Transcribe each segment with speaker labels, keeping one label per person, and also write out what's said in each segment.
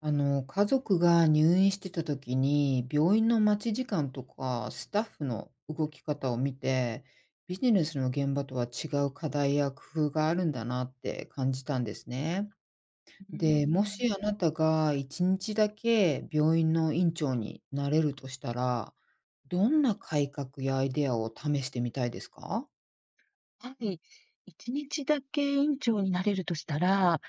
Speaker 1: 家族が入院してた時に、病院の待ち時間とか、スタッフの動き方を見て、ビジネスの現場とは違う課題や工夫があるんだなって感じたんですね。
Speaker 2: うー
Speaker 1: で、も
Speaker 2: ん、
Speaker 1: しあなたが一日だけ病院の院長になれるとしたら、どんな改革やアイデアを試してみたいですか。
Speaker 2: はい。1日だけ院長になれるとしたら、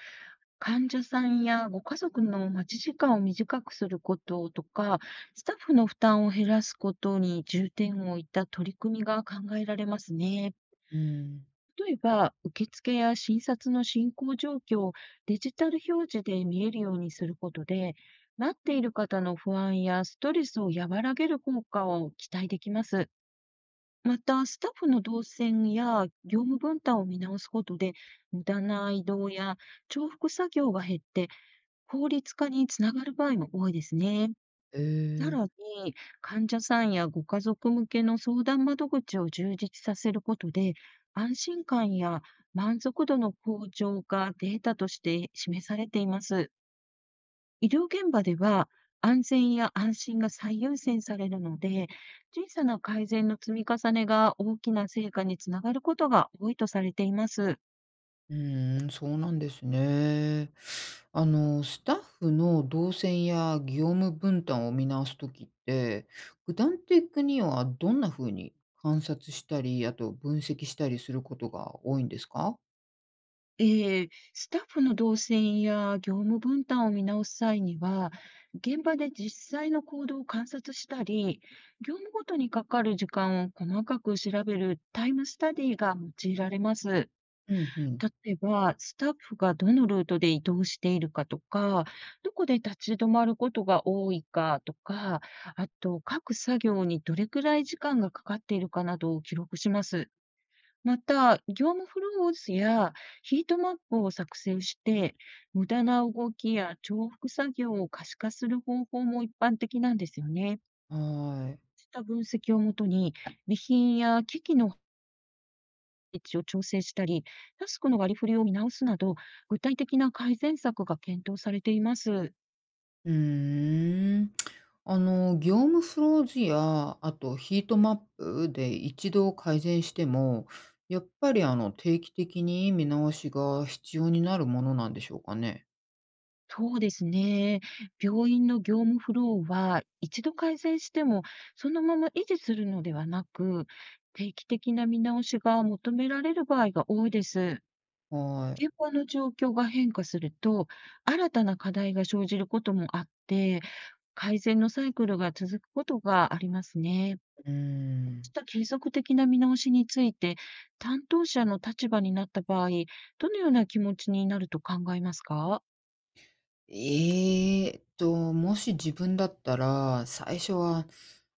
Speaker 2: 患者さんやご家族の待ち時間を短くすることとか、スタッフの負担を減らすことに重点を置いた取り組みが考えられますね。
Speaker 1: うん。
Speaker 2: 例えば、受付や診察の進行状況をデジタル表示で見えるようにすることで、待っている方の不安やストレスを和らげる効果を期待できます。また、スタッフの動線や業務分担を見直すことで、無駄な移動や重複作業が減って、効率化につながる場合も多いですね。
Speaker 1: へ
Speaker 2: さ
Speaker 1: ー。
Speaker 2: らに、患者さんやご家族向けの相談窓口を充実させることで、安心感や満足度の向上がデータとして示されています。医療現場では安全や安心が最優先されるので、小さな改善の積み重ねが大きな成果につながることが多いとされています。
Speaker 1: うーん、そうなんですね。スタッフの動線や業務分担を見直すときって、具体的にはどんな風に観察したり、あと分析したりすることが多いんですか？
Speaker 2: スタッフの動線や業務分担を見直す際には、現場で実際の行動を観察したり、業務ごとにかかる時間を細かく調べるタイムスタディが用いられます。
Speaker 1: うんうん。
Speaker 2: 例えば、スタッフがどのルートで移動しているかとか、どこで立ち止まることが多いかとか、あと各作業にどれくらい時間がかかっているかなどを記録します。また、業務フロー図やヒートマップを作成して、無駄な動きや重複作業を可視化する方法も一般的なんですよね。
Speaker 1: はい。
Speaker 2: した分析をもとに、備品や機器の位置を調整したり、タスクの割り振りを見直すなど、具体的な改善策が検討されています。
Speaker 1: うーん。業務フロー図や、あとヒートマップで一度改善しても、やっぱり定期的に見直しが必要になるものなんでしょうかね？
Speaker 2: そうですね。病院の業務フローは、一度改善しても、そのまま維持するのではなく、定期的な見直しが求められる場合が多いです。
Speaker 1: はい。
Speaker 2: 現場の状況が変化すると、新たな課題が生じることもあって、改善のサイクルが続くことがありますね。
Speaker 1: うー
Speaker 2: し
Speaker 1: ん。
Speaker 2: た継続的な見直しについて、担当者の立場になった場合、どのような気持ちになると考えますか？
Speaker 1: もし自分だったら、最初は、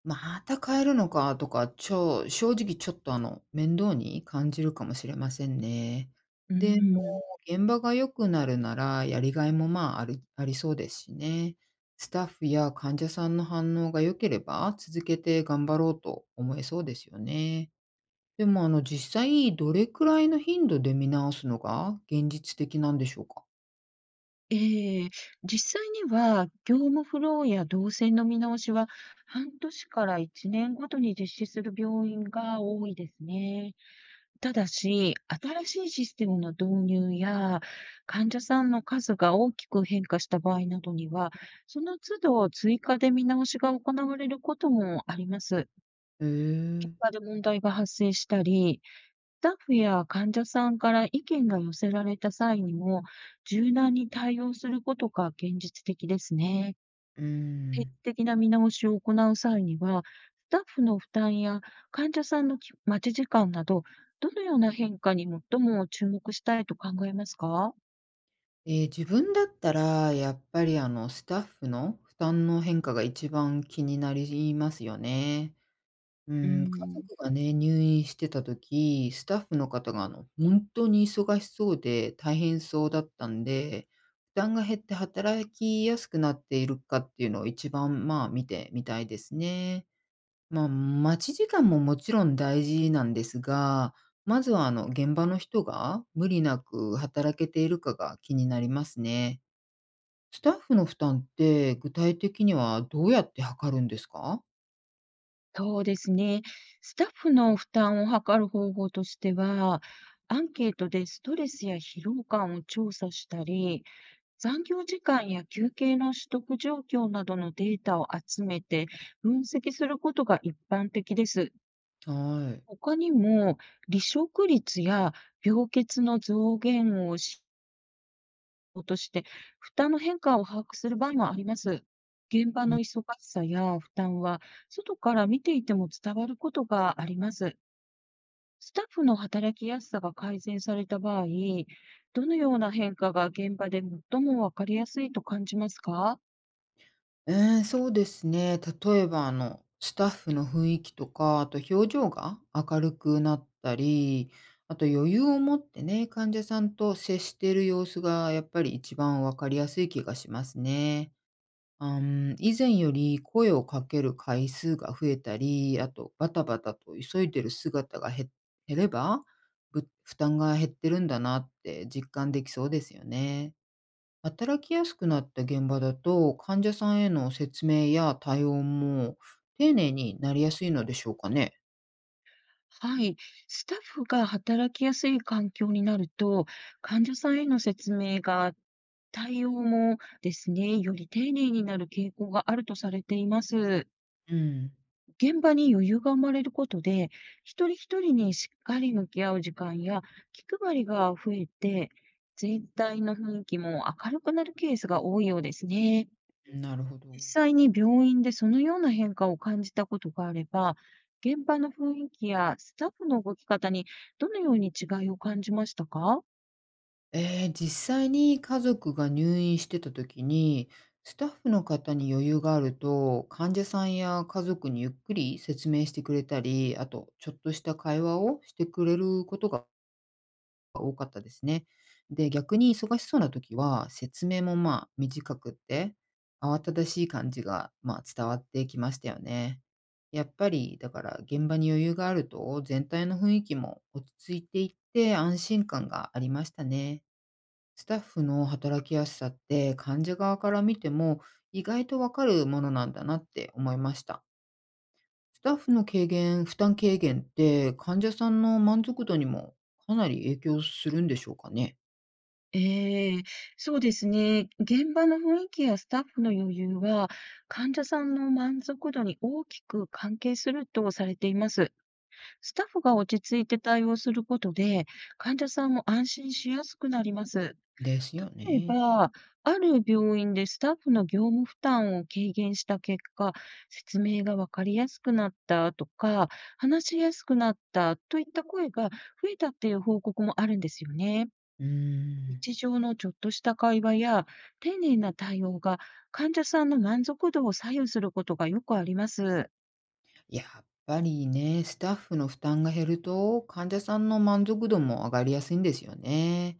Speaker 1: また変えるのかとか、正直ちょっと面倒に感じるかもしれませんね。
Speaker 2: う
Speaker 1: でも、
Speaker 2: ーん。
Speaker 1: 現場が良くなるなら、やりがいもまあ、ありそうですしね。スタッフや患者さんの反応が良ければ、続けて頑張ろうと思えそうですよね。でも実際どれくらいの頻度で見直すのが現実的なんでしょうか？
Speaker 2: ええ、実際には、業務フローや動線の見直しは、半年から1年ごとに実施する病院が多いですね。ただし、新しいシステムの導入や、患者さんの数が大きく変化した場合などには、その都度追加で見直しが行われることもあります。
Speaker 1: へ
Speaker 2: 現
Speaker 1: え。
Speaker 2: 場で問題が発生したり、スタッフや患者さんから意見が寄せられた際にも、柔軟に対応することが現実的ですね。
Speaker 1: うー
Speaker 2: 定期
Speaker 1: ん。
Speaker 2: 的な見直しを行う際には、スタッフの負担や患者さんの待ち時間など、どのような変化に最も注目したいと考えますか？
Speaker 1: 自分だったら、やっぱり、スタッフの負担の変化が一番気になりますよね。う
Speaker 2: うー
Speaker 1: ん、家
Speaker 2: ん、
Speaker 1: 族がね、入院してた時、スタッフの方が、本当に忙しそうで大変そうだったんで、負担が減って働きやすくなっているかっていうのを一番、まあ、見てみたいですね。まあ、待ち時間ももちろん大事なんですが、まずは、現場の人が無理なく働けているかが気になりますね。スタッフの負担って具体的にはどうやって測るんですか？
Speaker 2: そうですね。スタッフの負担を図る方法としては、アンケートでストレスや疲労感を調査したり、残業時間や休憩の取得状況などのデータを集めて分析することが一般的です。
Speaker 1: はい。
Speaker 2: 他にも、離職率や病欠の増減を指標として、負担の変化を把握する場合もあります。現場の忙しさや負担は、外から見ていても伝わることがあります。スタッフの働きやすさが改善された場合、どのような変化が現場で最もわかりやすいと感じますか？
Speaker 1: ええー、そうですね。例えば、スタッフの雰囲気とか、あと表情が明るくなったり、あと余裕を持ってね、患者さんと接している様子がやっぱり一番わかりやすい気がしますね。以前より声をかける回数が増えたり、あとバタバタと急いでる姿が減れば、負担が減ってるんだなって実感できそうですよね。働きやすくなった現場だと、患者さんへの説明や対応も丁寧になりやすいのでしょうかね。
Speaker 2: はい。スタッフが働きやすい環境になると、患者さんへの説明が、対応もですね、より丁寧になる傾向があるとされています。
Speaker 1: うん、
Speaker 2: 現場に余裕が生まれることで、一人一人にしっかり向き合う時間や気配りが増えて、全体の雰囲気も明るくなるケースが多いようですね。
Speaker 1: なるほど。
Speaker 2: 実際に病院でそのような変化を感じたことがあれば、現場の雰囲気やスタッフの動き方にどのように違いを感じましたか？
Speaker 1: ええ、実際に家族が入院してた時に、スタッフの方に余裕があると、患者さんや家族にゆっくり説明してくれたり、あとちょっとした会話をしてくれることが多かったですね。で、逆に忙しそうな時は、説明もまあ短くって、慌ただしい感じが、まあ、伝わってきましたよね。やっぱり、だから現場に余裕があると、全体の雰囲気も落ち着いていって安心感がありましたね。スタッフの働きやすさって患者側から見ても意外とわかるものなんだなって思いました。スタッフの軽減、負担軽減って患者さんの満足度にもかなり影響するんでしょうかね。
Speaker 2: ええ、そうですね。現場の雰囲気やスタッフの余裕は、患者さんの満足度に大きく関係するとされています。スタッフが落ち着いて対応することで、患者さんも安心しやすくなります。
Speaker 1: ですよ
Speaker 2: 例え
Speaker 1: ね。
Speaker 2: ば、ある病院でスタッフの業務負担を軽減した結果、説明が分かりやすくなったとか、話しやすくなったといった声が増えたっていう報告もあるんですよね。
Speaker 1: うーん。
Speaker 2: 日常のちょっとした会話や丁寧な対応が患者さんの満足度を左右することがよくあります。
Speaker 1: やっぱりね、スタッフの負担が減ると患者さんの満足度も上がりやすいんですよね。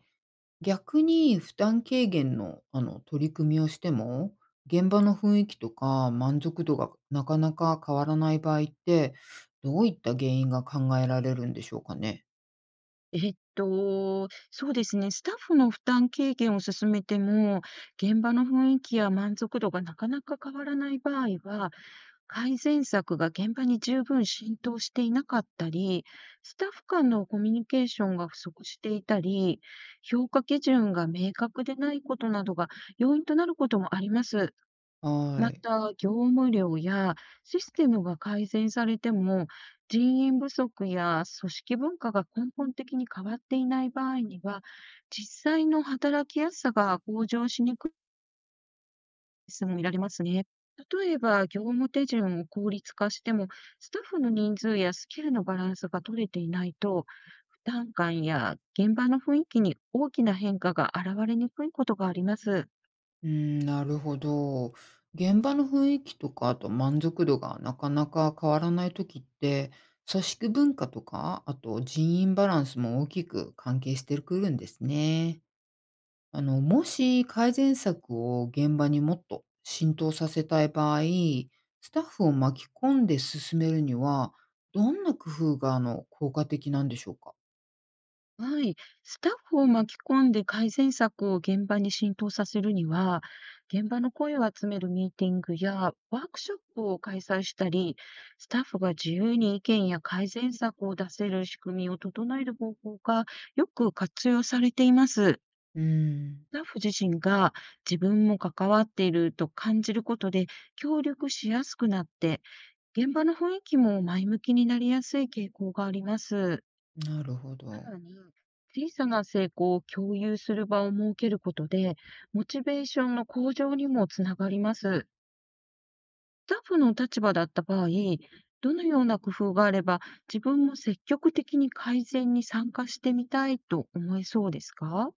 Speaker 1: 逆に負担軽減の、取り組みをしても、現場の雰囲気とか満足度がなかなか変わらない場合って、どういった原因が考えられるんでしょうかね？
Speaker 2: そうですね。スタッフの負担軽減を進めても、現場の雰囲気や満足度がなかなか変わらない場合は、改善策が現場に十分浸透していなかったり、スタッフ間のコミュニケーションが不足していたり、評価基準が明確でないことなどが要因となることもあります。
Speaker 1: は
Speaker 2: ま
Speaker 1: い。
Speaker 2: た、業務量やシステムが改善されても、人員不足や組織文化が根本的に変わっていない場合には、実際の働きやすさが向上しにく質問いられますね。例えば、業務手順を効率化しても、スタッフの人数やスキルのバランスが取れていないと、負担感や現場の雰囲気に大きな変化が現れにくいことがあります。
Speaker 1: うん、なるほど。現場の雰囲気とか、あと満足度がなかなか変わらない時って、組織文化とか、あと人員バランスも大きく関係してくるんですね。もし改善策を現場にもっと浸透させたい場合、スタッフを巻き込んで進めるには、どんな工夫が効果的なんでしょうか？
Speaker 2: はい。スタッフを巻き込んで改善策を現場に浸透させるには、現場の声を集めるミーティングやワークショップを開催したり、スタッフが自由に意見や改善策を出せる仕組みを整える方法がよく活用されています。
Speaker 1: うーん、
Speaker 2: スタッフ自身が自分も関わっていると感じることで協力しやすくなって、現場の雰囲気も前向きになりやすい傾向があります。
Speaker 1: なるほど。
Speaker 2: さらに、小さな成功を共有する場を設けることで、モチベーションの向上にもつながります。スタッフの立場だった場合、どのような工夫があれば、自分も積極的に改善に参加してみたいと思えそうですか？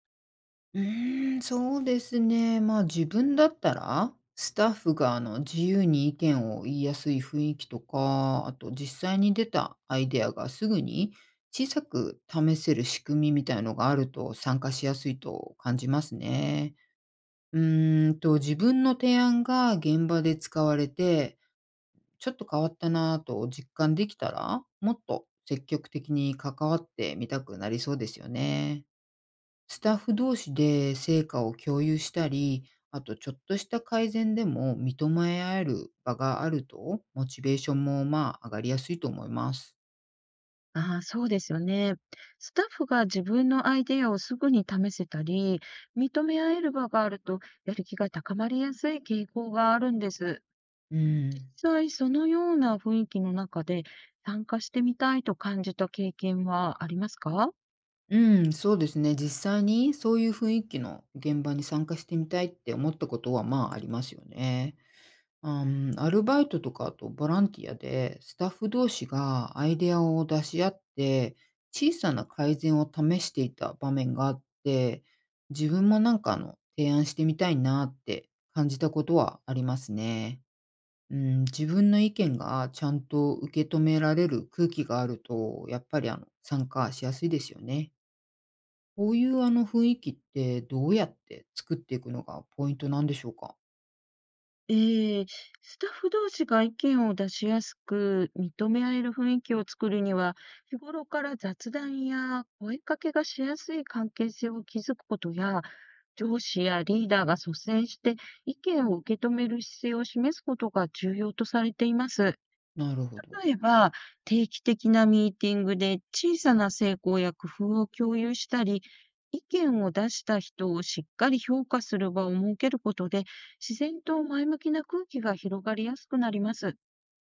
Speaker 1: うーん、そうですね。まあ、自分だったら、スタッフが自由に意見を言いやすい雰囲気とか、あと実際に出たアイデアがすぐに小さく試せる仕組みみたいのがあると参加しやすいと感じますね。自分の提案が現場で使われて、ちょっと変わったなぁと実感できたら、もっと積極的に関わってみたくなりそうですよね。スタッフ同士で成果を共有したり、あとちょっとした改善でも認め合える場があると、モチベーションもまあ上がりやすいと思います。
Speaker 2: ああ、そうですよね。スタッフが自分のアイデアをすぐに試せたり、認め合える場があると、やる気が高まりやすい傾向があるんです。
Speaker 1: う
Speaker 2: 実
Speaker 1: ん。
Speaker 2: 際そのような雰囲気の中で、参加してみたいと感じた経験はありますか？
Speaker 1: うん、そうですね。実際にそういう雰囲気の現場に参加してみたいって思ったことはまあありますよね。アルバイトとかあとボランティアでスタッフ同士がアイデアを出し合って小さな改善を試していた場面があって、自分もなんか提案してみたいなって感じたことはありますね。うん、自分の意見がちゃんと受け止められる空気があると、やっぱり参加しやすいですよね。こういう雰囲気ってどうやって作っていくのがポイントなんでしょうか。
Speaker 2: ええ、スタッフ同士が意見を出しやすく、認め合える雰囲気を作るには、日頃から雑談や声かけがしやすい関係性を築くことや、上司やリーダーが率先して意見を受け止める姿勢を示すことが重要とされています。
Speaker 1: なるほど。
Speaker 2: 例えば、定期的なミーティングで小さな成功や工夫を共有したり、意見を出した人をしっかり評価する場を設けることで、自然と前向きな空気が広がりやすくなります。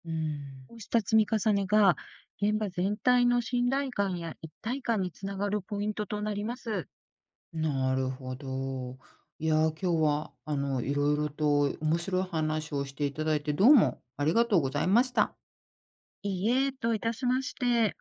Speaker 1: うん、
Speaker 2: こうした積み重ねが、現場全体の信頼感や一体感につながるポイントとなります。
Speaker 1: なるほど。いやー、今日は、色々と面白い話をしていただいて、どうもありがとうございました。
Speaker 2: いいえ、といたしまして。